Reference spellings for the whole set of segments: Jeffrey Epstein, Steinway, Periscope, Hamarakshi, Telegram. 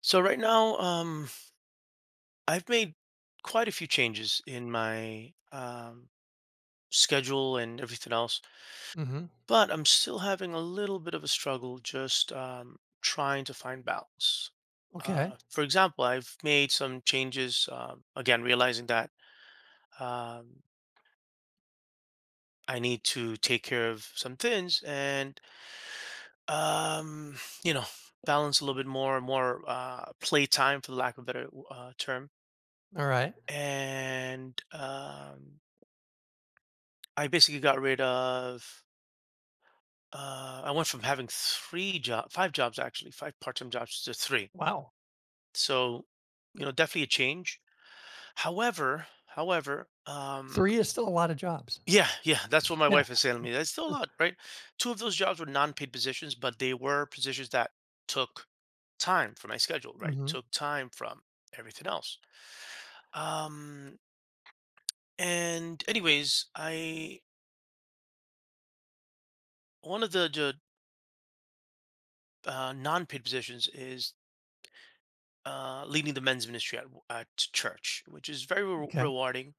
So right now, I've made quite a few changes in my schedule and everything else, Mhm. but I'm still having a little bit of a struggle just trying to find balance. Okay. For example, I've made some changes, again, realizing that um, I need to take care of some things and, um, you know, balance a little bit more play time, for the lack of a better term. All right. And I basically got rid of I went from having five jobs actually, five part-time jobs to three. Wow. So, definitely a change. However, 3 is still a lot of jobs. yeah, yeah, that's what my Yeah. wife is saying to me. That's still a lot, right? Two of those jobs were non-paid positions, but they were positions that took time from my schedule, right? Mhm. Took time from everything else. Um, and anyways, I one of the non-paid positions is leading the men's ministry at church, which is very Okay. rewarding.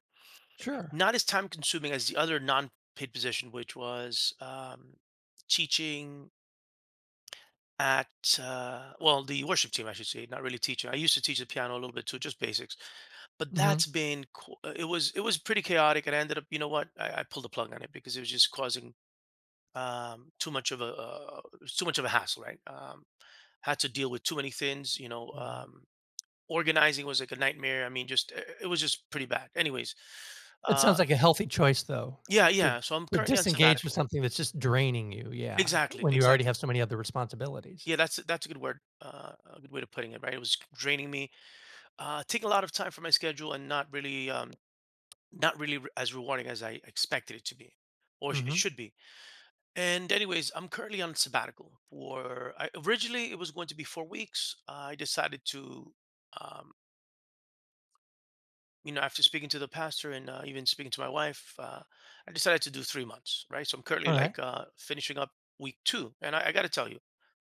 Sure. Not as time consuming as the other non paid position, which was teaching at, well, the worship team, I should say, not really teaching. I used to teach the piano a little bit too, just basics. But Mhm. It was pretty chaotic. And I ended up, you know what, I pulled the plug on it because it was just causing too much of a, it was too much of a hassle, right? Had to deal with too many things, Mhm. Organizing was like a nightmare. I mean, just I it was just pretty bad. Anyways, It uh, sounds like a healthy choice, though, yeah, to yeah. So I'm to currently on disengage with sabbatical. something that's just draining you, yeah, Exactly, when you already exactly. have so many other responsibilities. Yeah, that's a good word. A good way of putting it, right? It was draining me, taking a lot of time from my schedule, and not really as rewarding as I expected it to be, or it Mhm. should be. And anyways, I'm currently on sabbatical. For I, originally, it was going to be 4 weeks. I decided to. Um, after speaking to the pastor and even speaking to my wife, I decided to do 3 months, right? So I'm currently All right. like finishing up week two, and I got to tell you,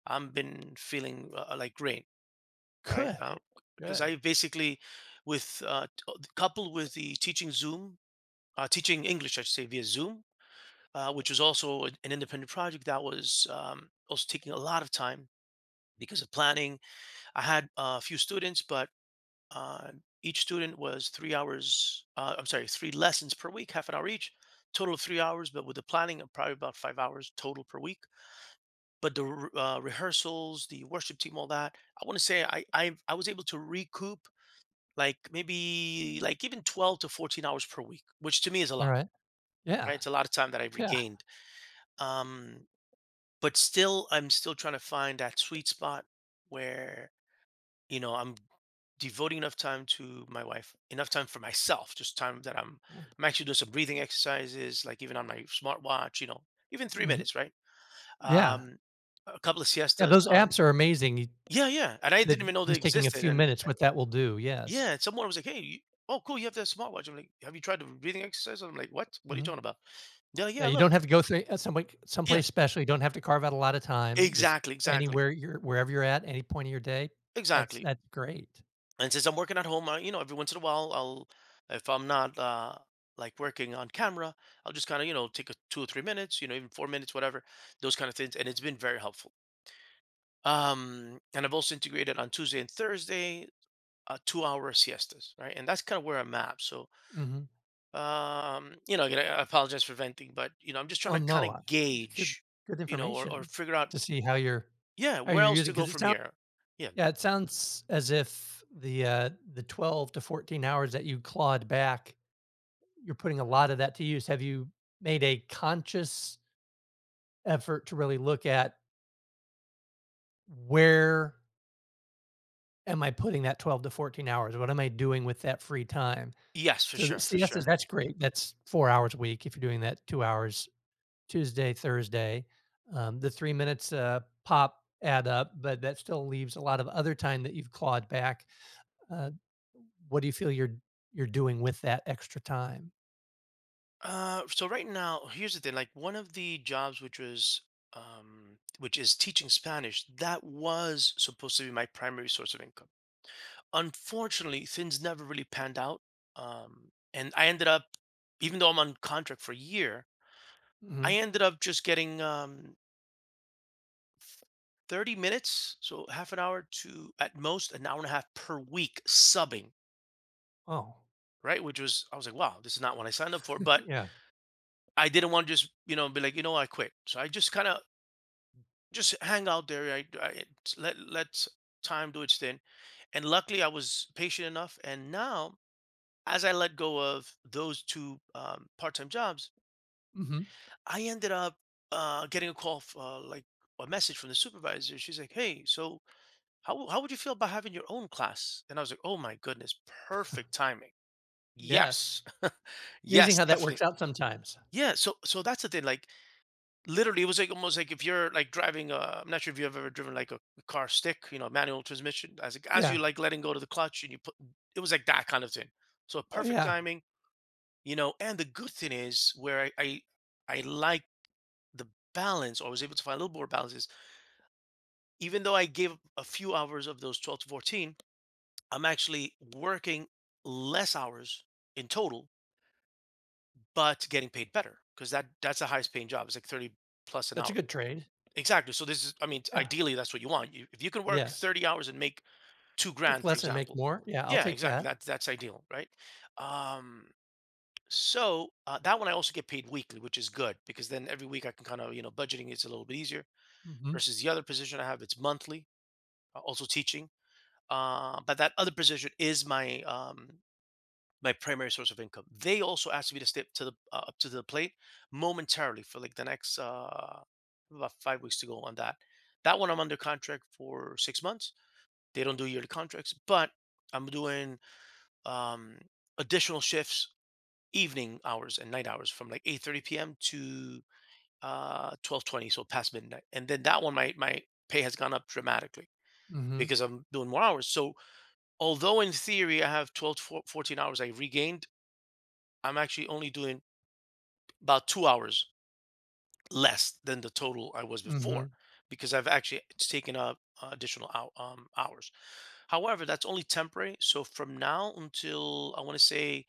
I've been feeling like great, right? Good. Because Good. I basically, coupled with the teaching Zoom, teaching English, I should say, via Zoom, which was also an independent project that was also taking a lot of time because of planning. I had a few students, but uh, each student was 3 hours, I'm sorry, three lessons per week, half an hour each, total of 3 hours. But with the planning, probably about 5 hours total per week. But the rehearsals, the worship team, all that, I want to say I was able to recoup like maybe like even 12 to 14 hours per week, which to me is a All lot, right. right? Yeah. It's a lot of time that I've Yeah. regained. Um, but still, I'm still trying to find that sweet spot where I'm devoting enough time to my wife, enough time for myself, just time that I'm actually doing some breathing exercises like even on my smartwatch, even three Mhm. minutes right? Yeah. um a couple of Yeah, siestas those on. apps are amazing, y Yeah, yeah, and I that didn't even know they just taking a existed. few And minutes, what that will do, yes. yeah, and someone was like, "Hey you, oh cool, you have that smartwatch." I'm like, "Have you tried the breathing exercise?" I'm like, what are you Mhm. talking about?" Yeah, Yeah, yeah, you look. don't have to go through some like Yeah, someplace special. You don't have to carve out a lot of time. Just exactly, exactly, anywhere you're wherever you're at, any point of your day. That's exactly. that's great. And since I'm working at home, I, every once in a while, if I'm not like working on camera, I'll just kind of, take a 2 or 3 minutes, even 4 minutes, whatever, those kind of things. And it's been very helpful. And I've also integrated on Tuesday and Thursday, 2-hour siestas, right? And that's kind of where I'm at. So, Mhm. Again, I apologize for venting, but, I'm just trying Oh, to kind no, I of good, gauge, good or information figure out, to see how you're yeah, how where you're using else using. to go Because it from sounds, here. Yeah. yeah, it sounds as if the, the 12 to 14 hours that you clawed back, you're putting a lot of that to use. Have you made a conscious effort to really look at where am I putting that 12 to 14 hours? What am I doing with that free time? Yes, for So the sure. For siestas, sure. that's great. That's 4 hours a week if you're doing that 2 hours Tuesday, Thursday. The 3 minutes, pop add up, but that still leaves a lot of other time that you've clawed back. Uh, what do you feel you're doing with that extra time? So right now, here's the thing. Like one of the jobs, which is teaching Spanish, that was supposed to be my primary source of income. Unfortunately, things never really panned out. And I ended up, even though I'm on contract for a year, I Mhm. ended up just getting 30 minutes, so half an hour to at most an hour and a half per week subbing, Oh, right? Which was, I was like, wow, this is not what I signed up for. But yeah. I didn't want to just, you know, be like, you know, I quit. So I just kind of just hang out there. I let time do its thing. And luckily, I was patient enough. And now, as I let go of those two part-time jobs, Mhm. I ended up getting a call, like a message from the supervisor. She's like, "Hey, so how would you feel about having your own class?" And I was like, "Oh my goodness, perfect timing." Yes, Yes. Amazing yes, how that definitely. works out sometimes. Yeah. So that's the thing. Like literally it was like almost like if you're like driving I'm not sure if you've ever driven like a car stick, you know, manual transmission as like, as you Yeah. like letting go to the clutch and you put, it was like that kind of thing, so Oh, perfect yeah. timing, you know, and the good thing is where I like the balance, or I was able to find a little more balances, even though I gave a few hours of those 12 to 14, I'm actually working less hours in total but getting paid better because that's the highest paying job, it's like 30 plus an That's a hour. good trade. Exactly. So this is, I mean, Yeah. ideally, that's what you want. You, if you can work Yes. 30 hours and make two Work grand, for less and make example. more. Yeah, I'll Yeah, take exactly. that. That's ideal, right? Um, that one I also get paid weekly, which is good because then every week I can kind of, you know, budgeting is a little bit easier Mhm, versus the other position I have, it's monthly, also teaching. But that other position is my primary source of income. They also asked me to step to the up to the plate momentarily for like the next about 5 weeks to go on that. That one I'm under contract for 6 months. They don't do yearly contracts, but I'm doing um, additional shifts, evening hours and night hours from like 8:30 p.m. to 12:20, so past midnight. And then that one, my pay has gone up dramatically mhm, because I'm doing more hours. So although in theory I have 12 to 14 hours I regained, I'm actually only doing about 2 hours less than the total I was before mhm. because I've actually it's taken up additional hours. However, that's only temporary. So from now until I want to say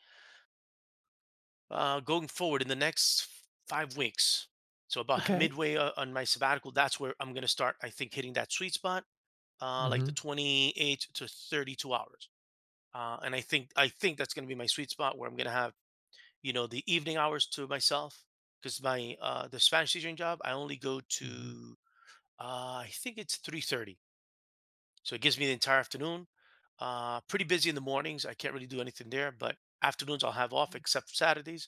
going forward in the next 5 weeks, so about Okay. midway on my sabbatical, that's where I'm going to start, I think, hitting that sweet spot, like the Mhm, 28 to 32 hours. And I think that's going to be my sweet spot where I'm going to have, you know, the evening hours to myself, because my the Spanish teaching job I only go mhm. to I think it's 3:30, so it gives me the entire afternoon. Pretty busy in the mornings, I can't really do anything there, but afternoons I'll have off except Saturdays,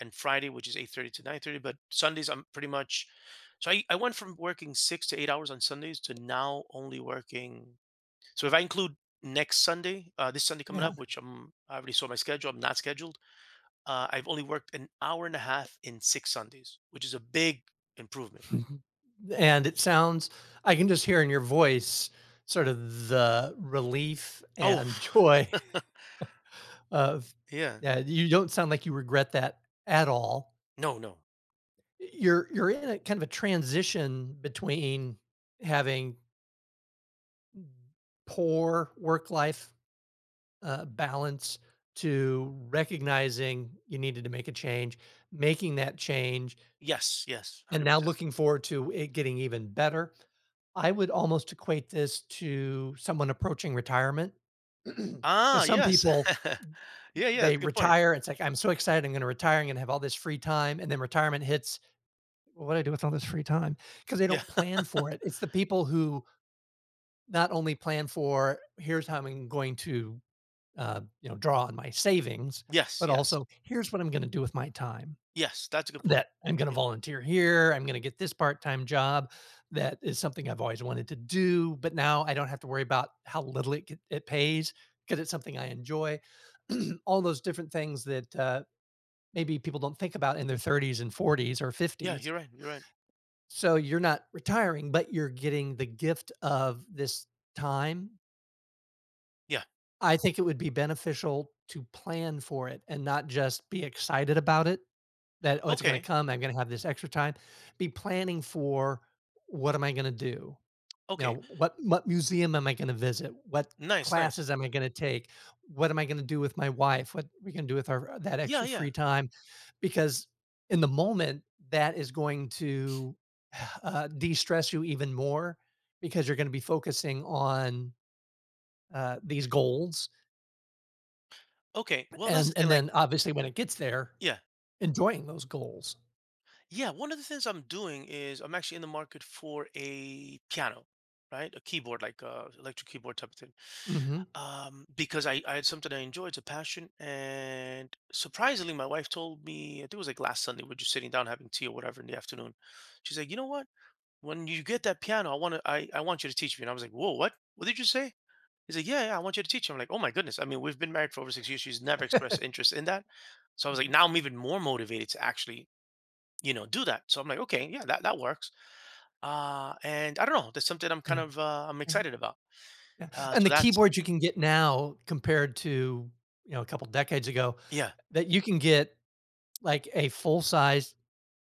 and Friday which is 8:30 to 9:30, but Sundays I'm pretty much, so I went from working 6 to 8 hours on Sundays to now only working. So if I include next Sunday, this Sunday coming Yeah. up, which I'm I already saw my schedule, I'm not scheduled. I've only worked an hour and a half in six Sundays, which is a big improvement. Mhm. And it sounds, I can just hear in your voice sort of the relief Oh, and joy of, yeah. yeah, you don't sound like you regret that at all. No, no. You're in a kind of a transition between having poor work life, balance, to recognizing you needed to make a change, making that change, Yes, yes, and now 100%. looking forward to it getting even better. I would almost equate this to someone approaching retirement. Because Ah, some yes. people, Yeah, yeah, they that's a good point. retire. It's like, I'm so excited. I'm going to retire. I'm going to have all this free time. And then retirement hits. "Well, what do I do with all this free time? Because they Yeah. don't plan for it. It's the people who not only plan for, here's how I'm going to, you know, draw on my savings, Yes, but yes. also here's what I'm going to do with my time, Yes, that's a good point. that I'm going to Yeah. volunteer here. I'm going to get this part time job that is something I've always wanted to do, but now I don't have to worry about how little it, it pays, because it's something I enjoy. All those different things that maybe people don't think about in their 30s and 40s or Yeah, 50s. you're right. You're right. So you're not retiring, but you're getting the gift of this time. Yeah. I think it would be beneficial to plan for it and not just be excited about it, that, "Oh, it's gonna Okay. come, I'm gonna have this extra time." Be planning for, "What am I gonna do?" You know, Okay. "What museum am I gonna visit? What Nice, nice. classes am I gonna take? What am I gonna do with my wife? What we gonna do with our that Yeah, extra yeah. free time?" Because in the moment, that is going to, de-stress you even more, because you're gonna be focusing on, these goals. Okay. Well, that's And the thing. and Like, then obviously when it gets there, yeah. enjoying those goals. Yeah. One of the things I'm doing is I'm actually in the market for a piano, right? A keyboard, like a electric keyboard type of thing. Mhm. Because I had something I enjoyed, it's a passion. And surprisingly, my wife told me, I think it was like last Sunday, we're just sitting down having tea or whatever in the afternoon. She's like, "You know what? When you get that piano, I want to, I want you to teach me." And I was like, "Whoa, what? What did you say?" He's like, "Yeah, yeah, I want you to teach me." I'm like, "Oh my goodness." I mean, we've been married for over 6 years. She's never expressed interest in that. So I was like, now I'm even more motivated to actually, you know, do that. So I'm like, okay, yeah, that works. And I don't know. That's something I'm kind Yeah, of, I'm yeah, excited about. yeah. Uh, And so the that's, keyboards you can get now compared to, you know, a couple decades ago, yeah. that you can get like a full size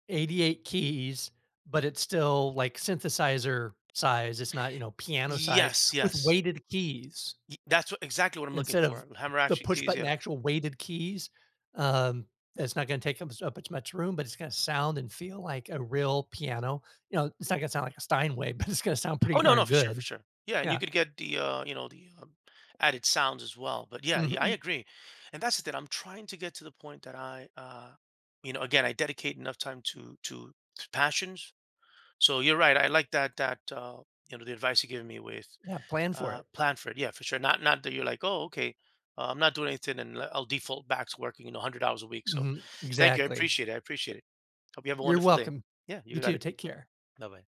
88 keys, but it's still like synthesizer size. It's not, you know, piano size Yes, with yes. weighted keys. Y that's what exactly what I'm looking Instead of for, the Hamarakshi push keys, button yeah. actual weighted keys, um, that's not gonna take up as much room, but it's gonna sound and feel like a real piano. You know, it's not gonna sound like a Steinway, but it's gonna sound pretty Oh, no, no, darn for sure, for good. sure. Yeah, and you Yeah. could get the, added sounds as well, but yeah, yeah, I Mhm. agree, and that's the thing, I'm trying to get to the point that again, I dedicate enough time to passions, so you're right, I like that, you know, the advice you gave me with, Yeah, plan for it. plan for it, yeah, for sure, not that you're like, "Oh, okay, I'm not doing anything and I'll default back to working, you know, 100 hours a week," so Mhm. thank you, I Exactly. appreciate it, I appreciate it. Hope you have a You're wonderful day. welcome. Yeah, you You got too, it. take care. Bye-bye.